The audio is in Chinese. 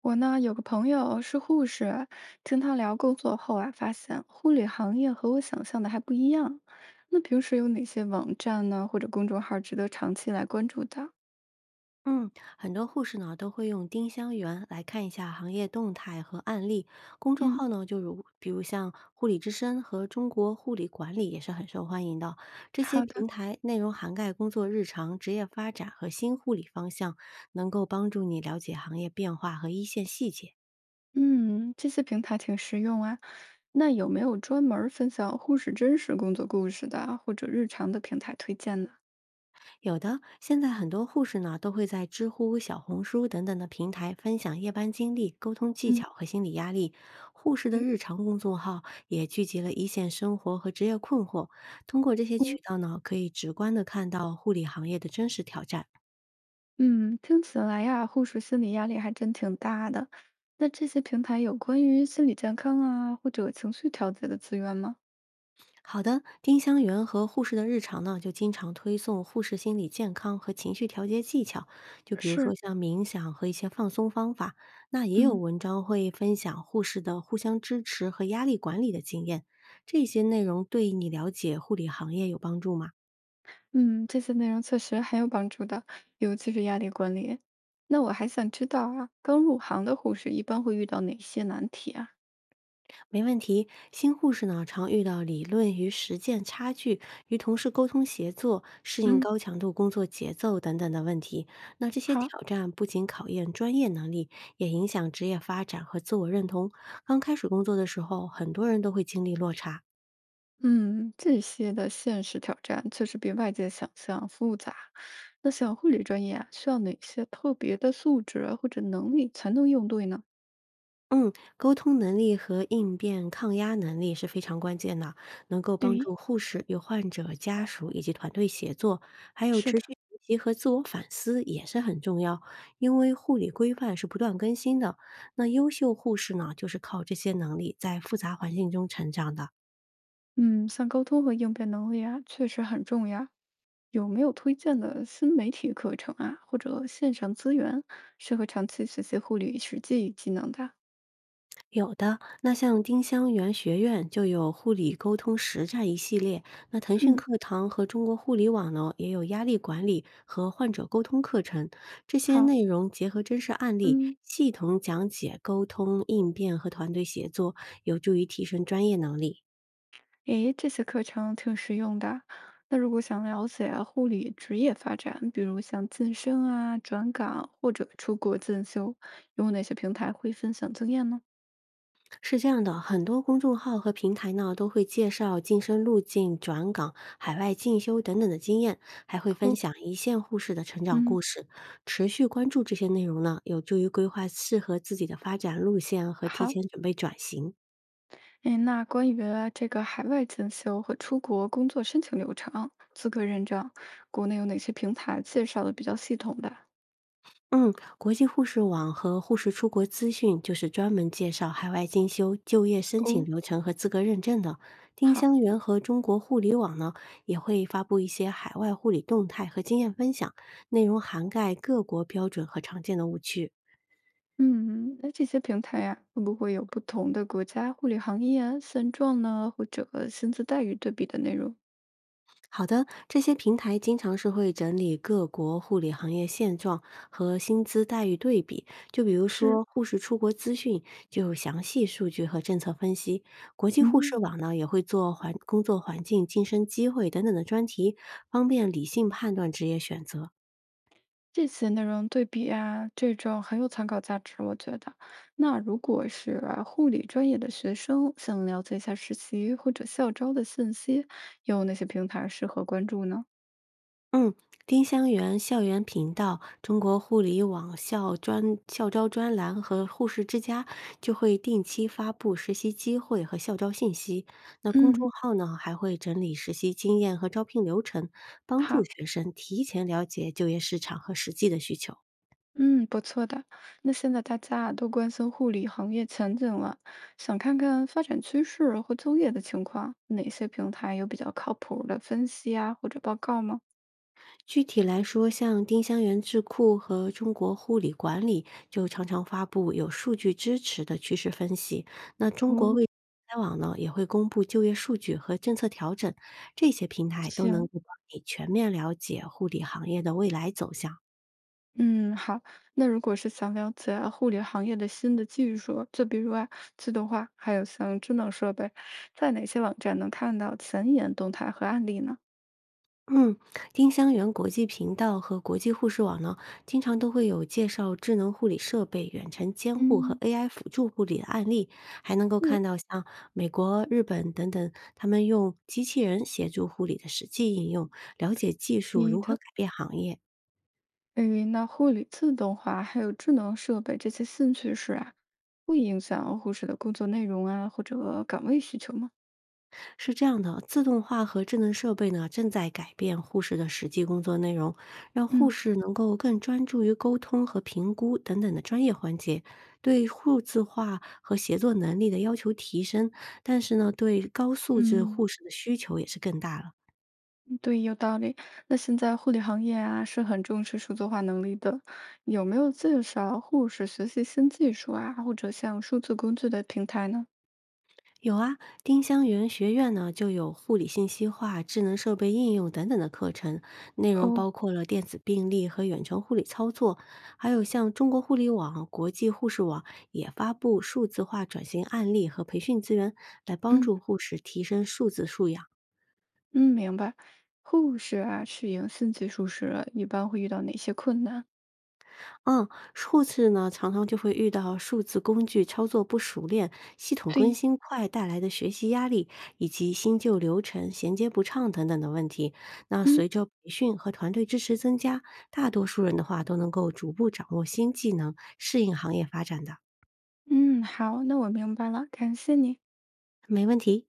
我呢有个朋友是护士，听他聊工作后啊，发现护理行业和我想象的还不一样。那平时有哪些网站呢，或者公众号值得长期来关注的？嗯，很多护士呢都会用丁香园来看一下行业动态和案例。公众嗯，号呢，比如像护理之声和中国护理管理也是很受欢迎的。这些好的，平台内容涵盖工作日常、职业发展和新护理方向，能够帮助你了解行业变化和一线细节。嗯，这些平台挺实用啊。那有没有专门儿分享护士真实工作故事的，或者日常的平台推荐呢？有的，现在很多护士呢都会在知乎、小红书等等的平台分享夜班经历、沟通技嗯巧和心理压力。护士的日常公众号也聚集了一线生活和职业困惑，通过这些嗯，渠道呢，可以直观的看到护理行业的真实挑战。嗯，听起来呀，护士心理压力还真挺大的。那这些平台有关于心理健康啊，或者情绪调节的资源吗？好的，丁香园和护士的日常呢，就经常推送护士心理健康和情绪调节技巧，就比如说是，像冥想和一些放松方法。那也有嗯文章会分享护士的互相支持和压力管理的经验，这些内容对你了解护理行业有帮助吗？嗯，这些内容确实很有帮助的，尤其是压力管理。那我还想知道啊，刚入行的护士一般会遇到哪些难题啊？没问题。新护士呢，常遇到理论与实践差距，与同事沟通协作、适应嗯，高强度工作节奏等等的问题。那这些好，挑战不仅考验专业能力，也影响职业发展和自我认同。刚开始工作的时候，很多人都会经历落差。嗯，这些的现实挑战确实比外界想象复杂。那像护理专业啊，需要哪些特别的素质啊或者能力才能应对呢？嗯，沟通能力和应变抗压能力是非常关键的，能够对，帮一，助护士与患者家属以及团队协作，还有是持的，续学习和自我反思也是很重要，因为护理规范是不断更新的。那优秀护士呢，就是靠这些能力在复杂环境中成长的。嗯，像沟通和应变能力啊，确实很重要。有没有推荐的新媒体课程啊，或者线上资源，适合长期学习护理实际技能的？有的，那像丁香园学院就有护理沟通实战一系列，那腾讯嗯，课堂和中国护理网呢也有压力管理和患者沟通课程，这些好，内容结合真实案例，嗯，系统讲解沟通应变和团队协作，有助于提升专业能力。诶，这些课程挺实用的。那如果想了解护理职业发展，比如像晋升啊、转岗或者出国进修，有哪些平台会分享经验呢？是这样的，很多公众号和平台呢都会介绍晋升路径、转岗、海外进修等等的经验，还会分哦，享一线护士的成长嗯，故事。持续关注这些内容呢，有助于规划适合自己的发展路线和提好。前准备转型。哎，那关于这个海外进修和出国工作申请流程、资格认证，国内有哪些平台介绍的比较系统的？嗯，国际护士网和护士出国资讯就是专门介绍海外进修、就业申请哦，流程和资格认证的。丁好，香园和中国护理网呢，也会发布一些海外护理动态和经验分享，内容涵盖各国标准和常见的误区。嗯，那这些平台呀、会不会有不同的国家护理行业啊现状呢，或者薪资待遇对比的内容？好的，这些平台经常是会整理各国护理行业现状和薪资待遇对比，就比如是，说护士出国资讯就有详细数据和政策分析。国际护士嗯，网呢也会做环工作环境、晋升机会等等的专题，方便理性判断职业选择。这些内容对比啊，这种很有参考价值，我觉得。那如果是啊护理专业的学生，想了解一下实习或者校招的信息，有哪些平台适合关注呢？嗯，丁香园校园频道、中国护理网校专校招专栏和护士之家就会定期发布实习机会和校招信息。那公众嗯，号呢，还会整理实习经验和招聘流程，帮助好。学生提前了解就业市场和实际的需求。嗯，不错的。那现在大家啊都关心护理行业前景了，想看看发展趋势和就业的情况，哪些平台有比较靠谱的分析啊或者报告吗？具体来说，像丁香园智库和中国护理管理就常常发布有数据支持的趋势分析。那中国哦，卫开网呢，也会公布就业数据和政策调整，这些平台都能够行，帮你全面了解护理行业的未来走向。嗯，好。那如果是想了解护理行业的新的技术，就比如啊，自动化，还有像智能设备，在哪些网站能看到前沿动态和案例呢？嗯，丁香园国际频道和国际护士网呢，经常都会有介绍智能护理设备、远程监护和 嗯，AI 辅助护理的案例，还能够是。看到像美国、日本等等，他们用机器人协助护理的实际应用，了解技术你如何的改变行业。诶，那护理自动化还有智能设备这些新趋势啊，会影响护士的工作内容啊，或者岗位需求吗？是这样的，自动化和智能设备呢，正在改变护士的实际工作内容，让护嗯士能够更专注于沟通和评估等等的专业环节，对数字化和协作能力的要求提升，但是呢，对高素质嗯，护士的需求也是更大了。对，有道理。那现在护理行业啊，是很重视数字化能力的，有没有介绍护士学习新技术啊，或者像数字工具的平台呢？有啊，丁香园学院呢就有护理信息化、智能设备应用等等的课程，内容哦，包括了电子病历和远程护理操作，还有像中国护理网、国际护士网也发布数字化转型案例和培训资源，来帮嗯助护士提升数字素养。嗯，明白。护士啊，适应新技术时，一般会遇到哪些困难？嗯，数字呢，常常就会遇到数字工具操作不熟练、系统更对，新快带来的学习压力，以及新旧流程衔接不畅等等的问题。那嗯随着培训和团队支持增加，大多数人的话都能够逐步掌握新技能，适应行业发展的。嗯，好，那我明白了，感谢你。没问题。